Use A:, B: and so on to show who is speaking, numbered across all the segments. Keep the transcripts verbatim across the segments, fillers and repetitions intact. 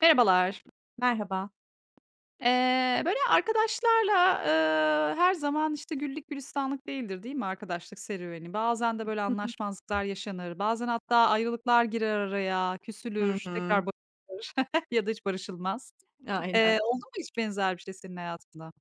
A: Merhabalar.
B: Merhaba.
A: Eee, böyle arkadaşlarla, eee, her zaman, işte, güllük gülistanlık değildir, değil mi arkadaşlık serüveni? Bazen de böyle anlaşmazlıklar yaşanır. Bazen hatta ayrılıklar girer araya,
B: Hı hı.
A: küsülür,
B: Hı hı.
A: tekrar barışılır ya da hiç barışılmaz.
B: Aynen.
A: Eee, oldu mu hiç benzer bir şey senin hayatında?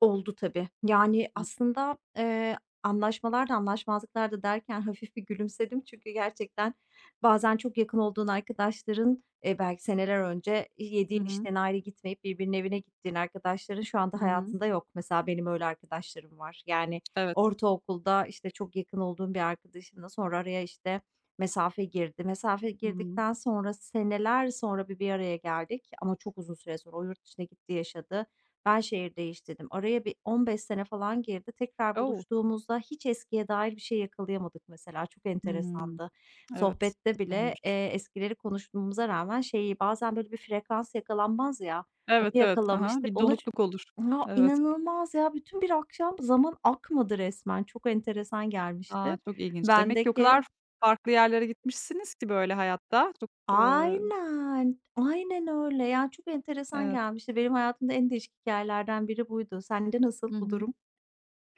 B: Oldu tabii. Yani,
A: Hı.
B: aslında, eee, anlaşmalar da anlaşmazlıklar da derken hafif bir gülümsedim. Çünkü gerçekten bazen çok yakın olduğun arkadaşların, eee, belki seneler önce
A: Hı
B: yediğin
A: hı.
B: işten ayrı gitmeyip birbirinin evine gittiğin arkadaşların şu anda
A: Hı.
B: hayatında yok. Mesela benim öyle arkadaşlarım var. Yani,
A: Evet.
B: ortaokulda, işte, çok yakın olduğum bir arkadaşımla sonra araya, işte, mesafe girdi. Mesafe
A: Hı hı.
B: girdikten sonra seneler sonra bir bir araya geldik ama çok uzun süre sonra. O yurt dışına gitti, yaşadı. Ben şehir değiştirdim. Araya bir on beş sene falan girdi. Tekrar
A: O!
B: buluştuğumuzda hiç eskiye dair bir şey yakalayamadık mesela. Çok
A: Hımm.
B: enteresandı.
A: Evet.
B: Sohbette bile,
A: Olmuş.
B: eee, eskileri konuştuğumuza rağmen şeyi bazen böyle bir frekans yakalanmaz ya, onu
A: Evet, evet. Hı.
B: yakalamıştık.
A: Bir
B: Ona ç
A: donukluk olur.
B: Ya,
A: Evet.
B: inanılmaz ya, bütün bir akşam zaman akmadı resmen. Çok enteresan
A: A,
B: gelmişti.
A: çok ilginç. Demek ki o kadar
B: Bendeki
A: farklı yerlere gitmişsiniz ki böyle hayatta. Çok, ııı,
B: Aynen, aynen öyle. Yani, çok enteresan
A: evet.
B: gelmişti. Benim hayatımda en değişik hikâyelerden biri buydu. Sende nasıl
A: Hı
B: bu
A: hı.
B: durum?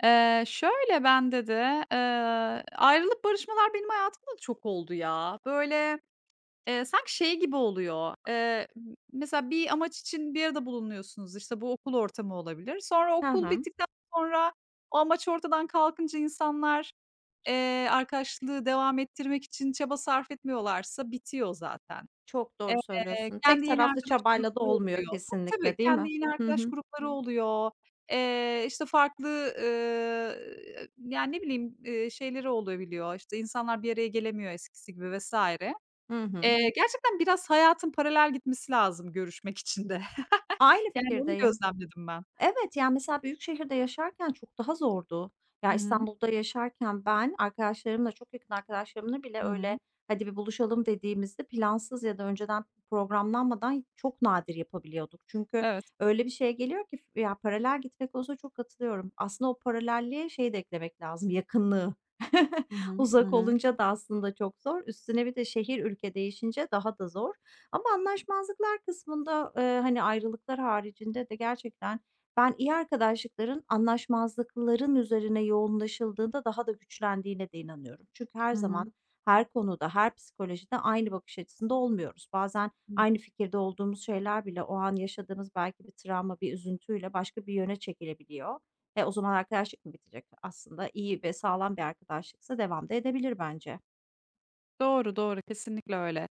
A: Eee, şöyle bende de, eee, ayrılıp barışmalar benim hayatımda da çok oldu ya. Böyle, eee, sanki şey gibi oluyor, eee, m mesela bir amaç için bir arada bulunuyorsunuz. İşte, bu okul ortamı olabilir. Sonra
B: Hı
A: okul
B: hı.
A: bittikten sonra o amaç ortadan kalkınca insanlar, eee, arkadaşlığı devam ettirmek için çaba sarf etmiyorlarsa bitiyor zaten.
B: Çok doğru
A: Eee,
B: söylüyorsun. Tek
A: kendi yeni
B: taraflı
A: arkadaş
B: çabayla da
A: grupları
B: olmuyor
A: oluyor. Tabii, tabii,
B: kesinlikle, değil mi?
A: kendi yeni
B: Hı
A: arkadaş
B: hı.
A: grupları oluyor. Eee, işte, farklı, eee, yani, ne bileyim, eee, şeyleri olabiliyor, işte, insanlar bir araya gelemiyor eskisi gibi vesaire.
B: Hı hı.
A: Eee, gerçekten biraz hayatın paralel gitmesi lazım görüşmek için de.
B: Aynı
A: Yani, onu
B: fikirdeyim.
A: gözlemledim ben.
B: Evet, yani, mesela büyük şehirde yaşarken çok daha zordu. Ya,
A: Hı hı.
B: İstanbul'da yaşarken ben arkadaşlarımla, çok yakın arkadaşlarımla bile
A: Hı hı.
B: öyle, "Hadi bir buluşalım." dediğimizde plansız ya da önceden programlanmadan çok nadir yapabiliyorduk. Çünkü
A: Evet.
B: öyle bir şeye geliyor ki ya, paralel gitmek olsa çok katılıyorum. Aslında o paralelliğe şeyi de eklemek lazım, yakınlığı.
A: Hı hı. Hı
B: Uzak
A: hı.
B: olunca da aslında çok zor. Üstüne bir de şehir ülke değişince daha da zor. Ama anlaşmazlıklar kısmında, eee, hani, ayrılıklar haricinde de gerçekten ben iyi arkadaşlıkların anlaşmazlıkların üzerine yoğunlaşıldığında daha da güçlendiğine de inanıyorum. Çünkü her
A: Hı hı.
B: zaman, her konuda, her psikolojide aynı bakış açısında olmuyoruz. Bazen
A: Hı.
B: aynı fikirde olduğumuz şeyler bile o an yaşadığımız belki bir travma, bir üzüntüyle başka bir yöne çekilebiliyor. E, o zaman arkadaşlık mı bitecek? Aslında iyi ve sağlam bir arkadaşlıksa devam da edebilir bence.
A: Doğru, doğru. Kesinlikle öyle.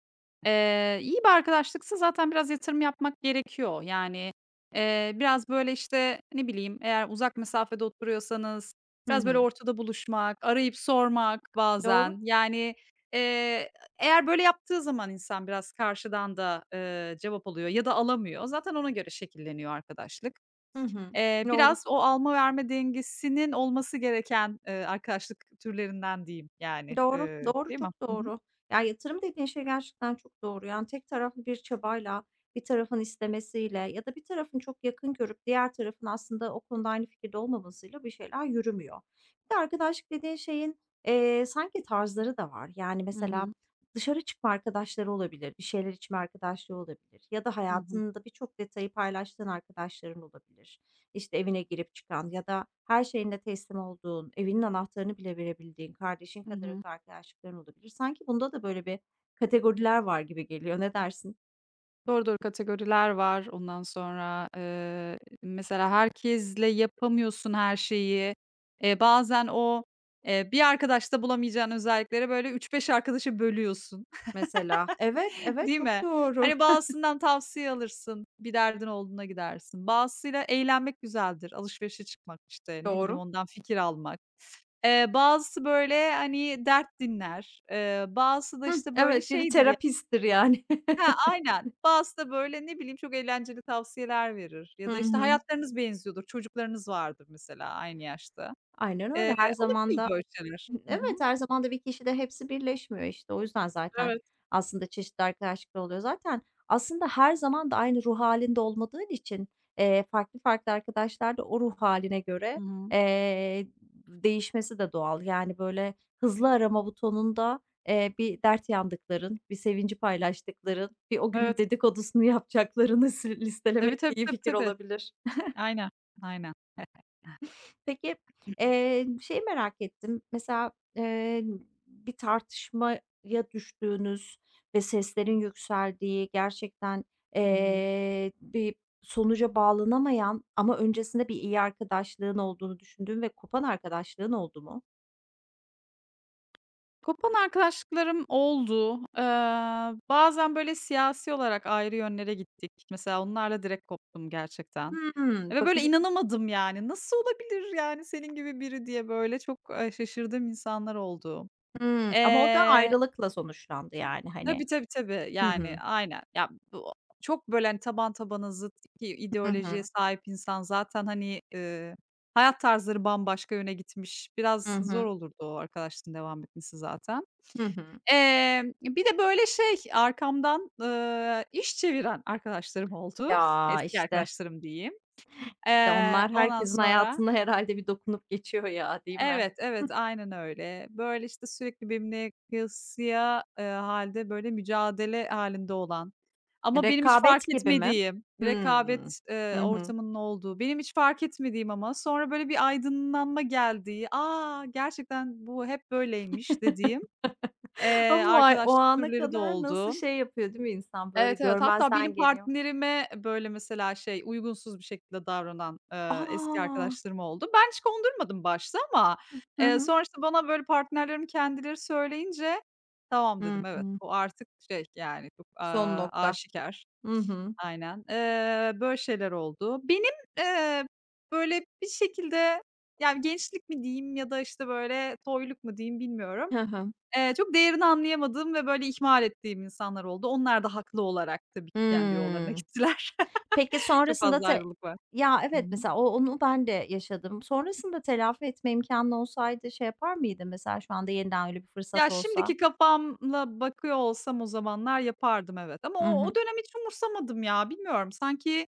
A: Eee, iyi bir arkadaşlıksa zaten biraz yatırım yapmak gerekiyor. Yani, eee, biraz, böyle, işte, ne bileyim, eğer uzak mesafede oturuyorsanız
B: Hı
A: biraz, böyle,
B: hı.
A: ortada buluşmak, arayıp sormak
B: Doğru.
A: bazen. Yani, eee, eğer böyle yaptığı zaman insan biraz karşıdan da, eee, cevap alıyor ya da alamıyor. Zaten ona göre şekilleniyor arkadaşlık.
B: Hı hı.
A: Eee,
B: Doğru.
A: biraz o alma verme dengesinin olması gereken, eee, arkadaşlık türlerinden diyeyim yani,
B: Doğru,
A: eee,
B: doğru,
A: değil mi?
B: çok
A: Hı hı.
B: doğru. Ya, yatırım dediğin şey gerçekten çok doğru. Yani, tek taraflı bir çabayla, bir tarafın istemesiyle ya da bir tarafın çok yakın görüp diğer tarafın aslında o konuda aynı fikirde olmamasıyla bir şeyler yürümüyor. Bir de arkadaşlık dediğin şeyin, eee, sanki tarzları da var. Yani,
A: Hı
B: mesela
A: hı.
B: dışarı çıkma arkadaşları olabilir, bir şeyler içme arkadaşlığı olabilir ya da
A: Hı hı.
B: hayatında birçok detayı paylaştığın arkadaşların olabilir. İşte, evine girip çıkan ya da her şeyinde teslim olduğun, evinin anahtarını bile verebildiğin, kardeşin
A: Hı
B: kadar
A: hı.
B: öte arkadaşlıkların olabilir. Sanki bunda da böyle bir kategoriler var gibi geliyor. Ne dersin?
A: Doğru, doğru kategoriler var. Ondan sonra, eee, mesela herkesle yapamıyorsun her şeyi. Eee, bazen o, eee, bir arkadaşta bulamayacağın özellikleri böyle üç beş arkadaşa bölüyorsun,
B: Mesela Evet, evet,
A: değil
B: çok
A: mi?
B: doğru.
A: Hani, bazısından tavsiye alırsın, bir derdin olduğuna gidersin. Bazısıyla eğlenmek güzeldir, alışverişe çıkmak, işte, ne bileyim,
B: Doğru.
A: ondan fikir almak. Eee, bazısı böyle, hani, dert dinler, eee, bazısı da,
B: Hıh,
A: işte, böyle
B: evet, biri
A: şeydir.
B: terapisttir yani.
A: Ha, aynen. Bazısı da, böyle, ne bileyim, çok eğlenceli tavsiyeler verir ya
B: Hı
A: da, işte,
B: hı.
A: hayatlarınız benziyordur, çocuklarınız vardır mesela aynı yaşta.
B: Aynen
A: Eee,
B: öyle. Her zaman
A: olabiliyor
B: da
A: böyle şeyler. Hı hı.
B: Evet, her zaman da bir kişide hepsi birleşmiyor işte. O yüzden zaten
A: Evet.
B: aslında çeşitli arkadaşlıklar oluyor. Zaten aslında her zaman da aynı ruh halinde olmadığın için, eee, farklı farklı arkadaşlar da o ruh haline
A: Hı
B: göre,
A: hı.
B: eee, değişmesi de doğal. Yani, böyle, hızlı arama butonunda, eee, bir dert yandıkların, bir sevinci paylaştıkların, bir o günün
A: Evet.
B: dedikodusunu yapacaklarını
A: Tabii,
B: listelemek de
A: tabii,
B: iyi
A: tabii,
B: fikir
A: tabii.
B: olabilir.
A: Aynen, aynen.
B: Peki, eee, şeyi merak ettim. Mesela, eee, bir tartışmaya düştüğünüz ve seslerin yükseldiği, gerçekten,
A: Hı hı.
B: eee, bir sonuca bağlanamayan ama öncesinde bir iyi arkadaşlığın olduğunu düşündüğün ve kopan arkadaşlığın oldu mu?
A: Kopan arkadaşlıklarım oldu. Eee, bazen, böyle, siyasi olarak ayrı yönlere gittik. Mesela onlarla direkt koptum gerçekten
B: Hımm,
A: ve böyle
B: bakış
A: inanamadım yani. "Nasıl olabilir, yani, senin gibi biri?" diye, böyle, çok, eee, şaşırdığım insanlar oldu.
B: Hımm, ama o da
A: Eee,
B: ayrılıkla sonuçlandı yani, hani.
A: tabii, tabii, tabii.
B: Hı
A: Yani,
B: hı.
A: aynen. Ya, bu çok, böyle, hani, taban tabana zıt iki
B: Hı
A: ideolojiye
B: hı.
A: sahip insan zaten, hani, eee, hayat tarzları bambaşka yöne gitmiş.
B: Hı
A: Biraz zor
B: hı.
A: olurdu o arkadaşlığın devam etmesi zaten.
B: Hı hı.
A: Emm, bir de, böyle, şey, arkamdan, ııı, iş çeviren arkadaşlarım oldu.
B: Ya,
A: Eski
B: işte,
A: arkadaşlarım diyeyim.
B: işte
A: Eee,
B: onlar
A: ondan
B: herkesin
A: sonra
B: hayatında herhâlde bir dokunup geçiyor ya, değil mi?
A: evet, evet, aynen öyle. Böyle, işte, sürekli benimle kıyasıya, eee, halde böyle, mücadele halinde olan ama benim hiç fark
B: Rekabet gibi mi?
A: etmediğim,
B: Hımm.
A: rekabet, eee,
B: Hı hı.
A: ortamının olduğu, benim hiç fark etmediğim ama sonra, böyle, bir aydınlanma geldiği, "Aa, gerçekten bu hep böyleymiş." dediğim, eee,
B: Ama o ay o
A: arkadaşlık
B: ana
A: türleri de
B: kadar nasıl
A: oldu.
B: şey yapıyor değil mi insan, böyle
A: Evet, evet. Hatta benim
B: görmezden geliyor.
A: partnerime, böyle, mesela şey, uygunsuz bir şekilde davranan,
B: A!
A: eee, eski
B: Hıh.
A: arkadaşlarım oldu. Ben hiç kondurmadım başta ama,
B: Hı
A: eee,
B: hı.
A: sonra, işte, bana, böyle, partnerlerim kendileri söyleyince "Tamam." dedim. Evet,
B: Hımm.
A: bu artık şey, yani, çok,
B: Son
A: aaa,
B: nokta.
A: aşikâr.
B: Hı hı.
A: Aynen. Eee, böyle şeyler oldu. Benim, eee, böyle, bir şekilde, yani, gençlik mi diyeyim ya da, işte, böyle, toyluk mu diyeyim bilmiyorum.
B: Hı hı.
A: Eee, çok değerini anlayamadığım ve böyle ihmal ettiğim insanlar oldu. Onlar da haklı olarak tabii ki kendi yollarına
B: Hımm.
A: gittiler.
B: Peki
A: Çok
B: sonrasında
A: fazla
B: te
A: ayrılık var.
B: Ya,
A: Hı hı.
B: evet, mesela o onu ben de yaşadım. Sonrasında telafi etme imkânın olsaydı şey yapar mıydın mesela şu anda yeniden öyle bir fırsat
A: Ya,
B: olsa?
A: şimdiki kafamla bakıyor olsam o zamanlar yapardım, evet. Ama
B: Hı
A: o
B: hı.
A: o dönem hiç umursamadım ya, bilmiyorum. Sanki,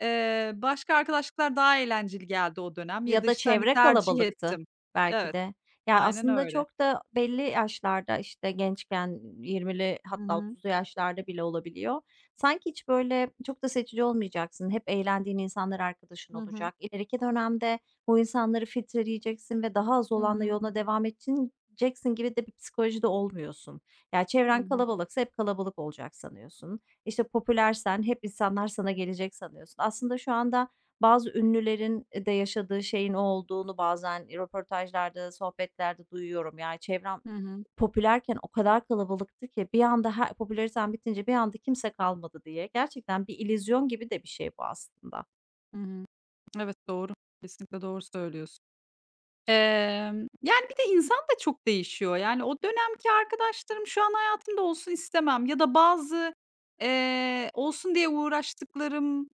A: eee, başka arkadaşlıklar daha eğlenceli geldi o dönem ya da,
B: Ya da
A: işte, hani,
B: çevre
A: tercih
B: kalabalıktı
A: ettim.
B: belki
A: Evet,
B: de. Ya,
A: aynen
B: aslında
A: öyle.
B: çok da belli yaşlarda, işte, gençken yirmili
A: Hı
B: hatta
A: hı.
B: otuzlu yaşlarda bile olabiliyor. Sanki hiç, böyle, çok da seçici olmayacaksın. Hep eğlendiğin insanlar arkadaşın
A: Hı hı.
B: olacak. İleriki dönemde bu insanları filtreleyeceksin ve daha az
A: Hı
B: olanla
A: hı.
B: yoluna devam edeceksin gibi de bir psikolojide olmuyorsun. Ya,
A: Hı
B: çevren
A: hı.
B: kalabalıksa hep kalabalık olacak sanıyorsun. İşte, popülersen hep insanlar sana gelecek sanıyorsun. Aslında şu anda bazı ünlülerin de yaşadığı şeyin o olduğunu bazen röportajlarda, sohbetlerde duyuyorum. Yani çevrem
A: Hı hı.
B: popülerken o kadar kalabalıktı ki bir anda her popülaritem bitince bir anda kimse kalmadı diye. Gerçekten bir illüzyon gibi de bir şey bu aslında.
A: Hı hı. Evet, doğru. Kesinlikle doğru söylüyorsun. Emm, yani, bir de insan da çok değişiyor. Yani, o dönemki arkadaşlarım şu an hayatımda olsun istemem ya da bazı, eee, olsun diye uğraştıklarım,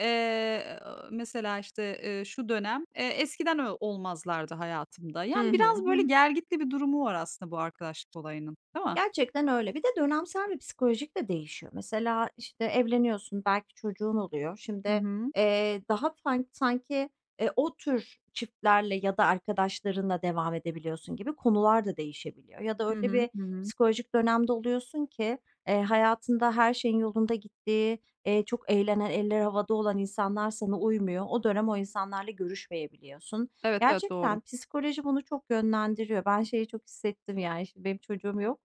A: eee, mesela, işte, eee, şu dönem, eee, eskiden ö olmazlardı hayatımda.
B: Hı
A: Yani,
B: hı.
A: biraz böyle
B: Hı
A: gelgitli bir durumu var aslında bu arkadaşlık olayının, değil mi?
B: Gerçekten öyle. Bir de dönemsel ve psikolojik de değişiyor. Mesela, işte, evleniyorsun, belki çocuğun oluyor.
A: Hı
B: Şimdi,
A: hı.
B: eee, daha fan sanki, eee, o tür çiftlerle ya da arkadaşlarınla devam edebiliyorsun gibi konular da değişebiliyor. Ya da
A: Hı
B: öyle
A: hı.
B: bir
A: Hı hı.
B: psikolojik dönemde oluyorsun ki, eee, hayatında her şeyin yolunda gittiği, eee, çok eğlenen, eller havada olan insanlar sana uymuyor. O dönem o insanlarla görüşmeyebiliyorsun.
A: Evet, evet, doğru.
B: Gerçekten psikoloji bunu çok yönlendiriyor. Ben şeyi çok hissettim, yani, şimdi benim çocuğum yok.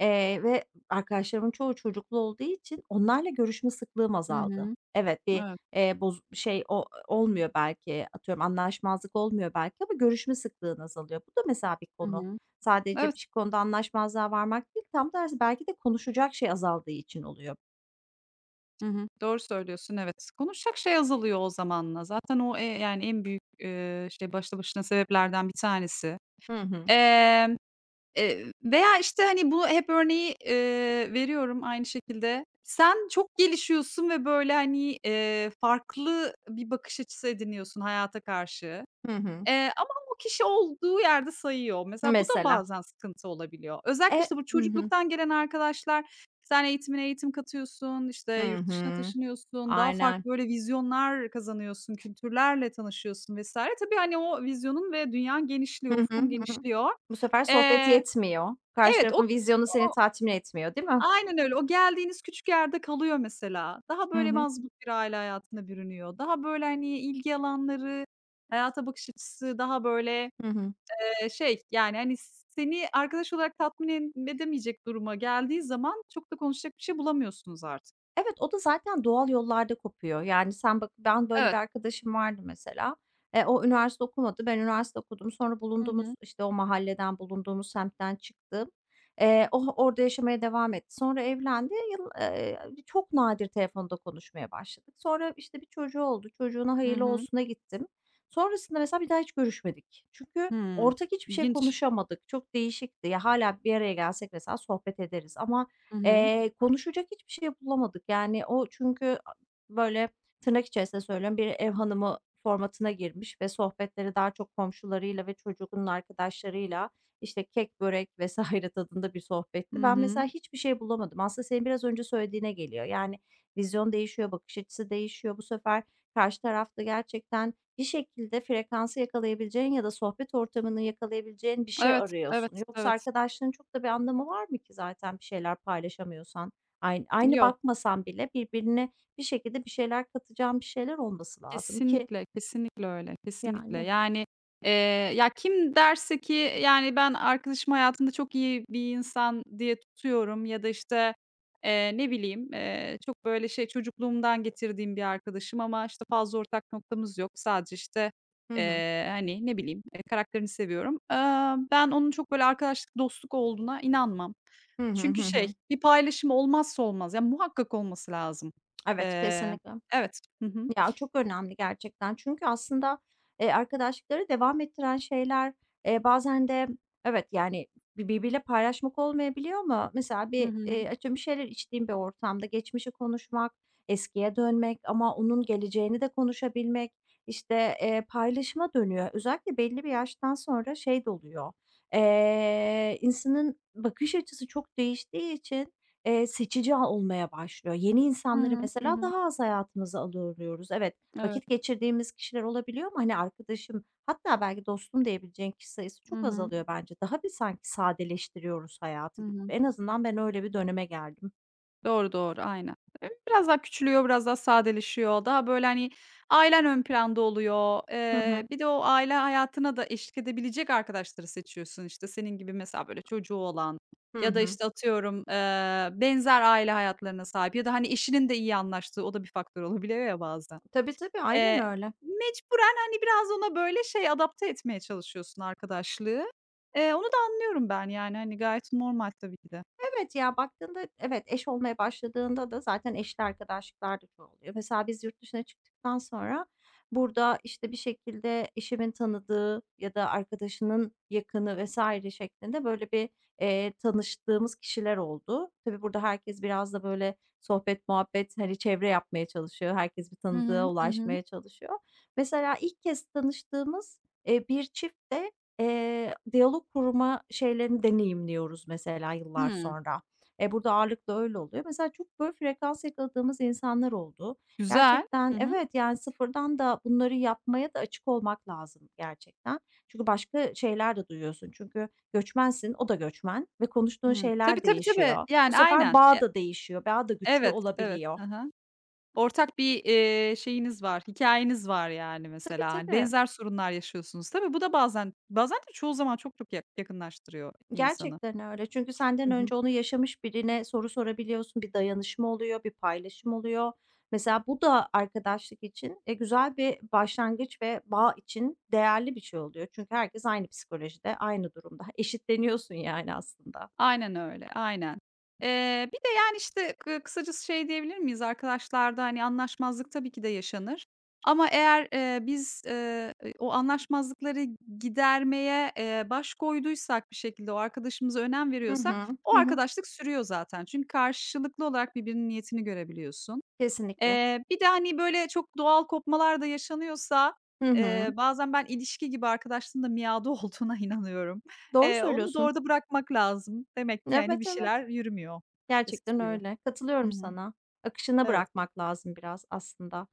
B: Eee, ve arkadaşlarımın çoğu çocuklu olduğu için onlarla görüşme sıklığım
A: Hı
B: azaldı.
A: hı.
B: Evet, bir,
A: Evet.
B: eee, boz şey o olmuyor belki, atıyorum anlaşmazlık olmuyor belki ama görüşme sıklığın azalıyor. Bu da mesela bir
A: Hı
B: konu.
A: hı.
B: Sadece
A: Evet.
B: bir konuda anlaşmazlığa varmak değil, tam tersi belki de konuşacak şey azaldığı için oluyor.
A: Hı hı. Doğru söylüyorsun, evet. Konuşacak şey azalıyor o zamanla. Zaten o, eee, yani, en büyük, eee, şey, başlı başına sebeplerden bir tanesi.
B: Hı hı.
A: Emm, eee, e, veya, işte, hani, bu hep örneği, eee, veriyorum aynı şekilde. Sen çok gelişiyorsun ve, böyle, hani, eee, farklı bir bakış açısı ediniyorsun hayata karşı.
B: Hı hı.
A: Eee, ama o kişi olduğu yerde sayıyor. Mesela bu da
B: Mesela.
A: bazen sıkıntı olabiliyor. Özellikle,
B: E
A: işte, bu
B: Hı hı.
A: çocukluktan gelen arkadaşlar, sen eğitimine eğitim katıyorsun, işte,
B: Hı
A: yurt dışına
B: hı.
A: taşınıyorsun, daha
B: Aynen.
A: farklı böyle vizyonlar kazanıyorsun, kültürlerle tanışıyorsun vesaire. Tabii, hani, o vizyonun ve dünyan
B: Hı
A: genişliyor,
B: hı. Hı
A: ufkun
B: hı.
A: genişliyor.
B: Bu sefer sohbet
A: Eee,
B: yetmiyor. Karşı
A: evet, o
B: tarafın vizyonu seni
A: o
B: tatmin etmiyor, değil mi?
A: aynen öyle. O geldiğiniz küçük yerde kalıyor mesela. Daha
B: Hı
A: böyle
B: hı.
A: mazbut bir aile hayatına bürünüyor. Daha böyle, hani, ilgi alanları, hayata bakış açısı daha böyle.
B: Hı hı.
A: Eee, şey, yani, hani, seni arkadaş olarak tatmin en edemeyecek duruma geldiği zaman çok da konuşacak bir şey bulamıyorsunuz artık.
B: Evet, o da zaten doğal yollarda kopuyor. Yani, sen bak ben böyle
A: Evet.
B: bir arkadaşım vardı mesela. Eee, o üniversite okumadı, ben üniversite okudum. Sonra
A: Hı hı.
B: bulunduğumuz, işte, o mahalleden, bulunduğumuz semtten çıktım. Eee, o orada yaşamaya devam etti. Sonra evlendi. Yıl eee, çok nadir telefonda konuşmaya başladık. Sonra, işte, bir çocuğu oldu. Çocuğuna
A: Hı
B: hayırlı
A: hı.
B: olsuna gittim. Sonrasında mesela bir daha hiç görüşmedik. Çünkü
A: Hımm.
B: ortak hiçbir şey
A: İlginç.
B: konuşamadık. Çok değişikti. Ya, hâlâ bir araya gelsek mesela sohbet ederiz ama
A: Hı hı.
B: Eee, konuşacak hiçbir şey bulamadık. Yani o çünkü a böyle, tırnak içerisinde söylüyorum, bir ev hanımı formatına girmiş ve sohbetleri daha çok komşularıyla ve çocuğunun arkadaşlarıyla, işte, kek, börek vesaire tadında bir
A: Hı
B: sohbetti. Ben
A: hı.
B: mesela hiçbir şey bulamadım. Aslında senin biraz önce söylediğine geliyor. Yani vizyon değişiyor, bakış açısı değişiyor. Bu sefer karşı tarafta gerçekten bir şekilde frekansı yakalayabileceğin ya da sohbet ortamını yakalayabileceğin bir şey
A: Evet, evet,
B: arıyorsun. Yoksa
A: evet.
B: arkadaşlığın çok da bir anlamı var mı ki zaten bir şeyler paylaşamıyorsan? Aynı, aynı
A: Yo.
B: bakmasan bile birbirine bir şekilde bir şeyler katacağın bir şeyler olması lazım ki
A: Kesinlikle, kesinlikle öyle, kesinlikle.
B: yani.
A: Yani, eee, ya, kim derse ki, yani, ben arkadaşım hayatımda çok iyi bir insan diye tutuyorum ya da, işte, eee, ne bileyim, eee, çok, böyle, şey, çocukluğumdan getirdiğim bir arkadaşım ama, işte, fazla ortak noktamız yok. Sadece, işte,
B: Hı hı.
A: eee, hani, ne bileyim, eee, karakterini seviyorum. Aaa, ben onun çok, böyle, arkadaşlık, dostluk olduğuna inanmam.
B: Hı hı
A: Çünkü
B: hı
A: şey,
B: hı.
A: bir paylaşım olmazsa olmaz. Ya, muhakkak olması lazım.
B: Evet,
A: Eee
B: kesinlikle.
A: Evet. Hı hı.
B: Ya, çok önemli gerçekten. Çünkü aslında, eee, arkadaşlıkları devam ettiren şeyler, eee, bazen de evet, yani, bi birbiriyle paylaşmak olmayabiliyor ama mesela
A: Hı
B: bir,
A: hı.
B: eee, atıyorum bir şeyler içtiğim bir ortamda geçmişi konuşmak, eskiye dönmek ama onun geleceğini de konuşabilmek, işte, eee, paylaşıma dönüyor. Özellikle belli bir yaştan sonra şey de oluyor, eee, insanın bakış açısı çok değiştiği için, eee, seçici olmaya başlıyor. Yeni
A: Hı
B: insanları
A: hı. Hı
B: mesela
A: hı.
B: daha az hayatımıza alıyoruz. Evet,
A: Evet.
B: vakit geçirdiğimiz kişiler olabiliyor ama, hani, arkadaşım hatta belki dostum diyebileceğin kişi sayısı
A: Hı
B: çok
A: hı.
B: azalıyor bence. Daha bir sanki sadeleştiriyoruz
A: Hı
B: hayatı gibi.
A: hı.
B: En azından ben öyle bir döneme geldim.
A: Doğru, doğru. Aynen. Eee, biraz daha küçülüyor, biraz daha sadeleşiyor. Daha, böyle, hani, ailen ön planda oluyor.
B: Hı hı.
A: Eee, bir de o aile hayatına da eşlik edebilecek arkadaşları seçiyorsun. İşte senin gibi mesela, böyle, çocuğu olan
B: Hı
A: ya da,
B: hı.
A: işte, atıyorum, eee, benzer aile hayatlarına sahip ya da, hani, eşinin de iyi anlaştığı o da bir faktör olabiliyor ya bazen.
B: Tabii, tabii, aynen
A: Eee,
B: öyle.
A: mecburen, hani, biraz ona, böyle, şey, adapte etmeye çalışıyorsun arkadaşlığı. Eee, onu da anlıyorum ben, yani, hani, gayet normal tabii ki de.
B: Evet ya, baktığında evet, eş olmaya başladığında da zaten eşli arkadaşlıklar da çoğalıyor. Mesela biz yurt dışına çıktıktan sonra burada, işte, bir şekilde eşimin tanıdığı ya da arkadaşının yakını vesaire şeklinde böyle bir, eee, tanıştığımız kişiler oldu. Tabii burada herkes biraz da böyle sohbet muhabbet, hani, çevre yapmaya çalışıyor. Herkes bir
A: Hı hı.
B: tanıdığa
A: Hı hı.
B: ulaşmaya çalışıyor. Mesela ilk kez tanıştığımız, eee, bir çift de, Eee, diyalog kurma şeylerini deneyimliyoruz mesela yıllar
A: Hımm.
B: sonra. E, burada ağırlıklı öyle oluyor. Mesela çok böyle frekans yakaladığımız insanlar oldu.
A: Güzel. Hı
B: Gerçekten
A: hı.
B: evet, yani, sıfırdan da bunları yapmaya da açık olmak lazım gerçekten. Çünkü başka şeyler de duyuyorsun. Çünkü göçmensin, o da göçmen ve konuştuğun
A: Hıı. Tabii,
B: şeyler
A: tabii, tabii.
B: değişiyor. Bu
A: Yani,
B: sefer
A: aynen.
B: bağ
A: E
B: da değişiyor, bağ da güçlü
A: evet, evet.
B: olabiliyor.
A: Hı hı. Ortak bir, eee, şeyiniz var, hikâyeniz var, yani,
B: Tabii,
A: mesela. Hani,
B: tabii.
A: benzer sorunlar yaşıyorsunuz. Tabii bu da bazen bazen de çoğu zaman çok çok ya yakınlaştırıyor insanı.
B: Gerçekten öyle. Çünkü senden
A: Hı hı.
B: önce onu yaşamış birine soru sorabiliyorsun, bir dayanışma oluyor, bir paylaşım oluyor. Mesela bu da arkadaşlık için e, güzel bir başlangıç ve bağ için değerli bir şey oluyor. Çünkü herkes aynı psikolojide, aynı durumda. Eşitleniyorsun yani aslında.
A: Aynen öyle, aynen. Eee, bir de, yani, işte, kı kısacası şey diyebilir miyiz? Arkadaşlarda, hani, anlaşmazlık tabii ki de yaşanır ama eğer, eee, biz, eee, o anlaşmazlıkları gidermeye, eee, baş koyduysak bir şekilde, o arkadaşımıza önem
B: Hı
A: veriyorsak
B: hı.
A: o
B: Hı hı.
A: arkadaşlık sürüyor zaten. Çünkü karşılıklı olarak birbirinin niyetini görebiliyorsun.
B: Kesinlikle.
A: Eee, bir de, hani, böyle, çok doğal kopmalar da yaşanıyorsa,
B: Hı hı.
A: eee, bazen ben ilişki gibi arkadaşlığın da miadı olduğuna inanıyorum.
B: Doğru
A: Eee, onu da
B: söylüyorsun.
A: orada bırakmak lazım. Demek ki, hani, bir
B: Evet, evet.
A: şeyler yürümüyor
B: Gerçekten
A: eskisi gibi.
B: öyle.
A: Hı
B: Katılıyorum
A: hı.
B: sana. Akışına
A: Evet.
B: bırakmak lazım biraz aslında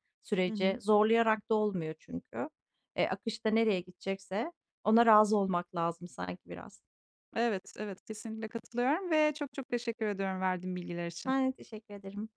A: Hı
B: süreci.
A: hı.
B: Zorlayarak da olmuyor çünkü. E, akışta nereye gidecekse ona razı olmak lazım sanki biraz.
A: Evet, evet, kesinlikle katılıyorum ve çok çok teşekkür ediyorum verdiğin bilgiler için.
B: Yani teşekkür ederim.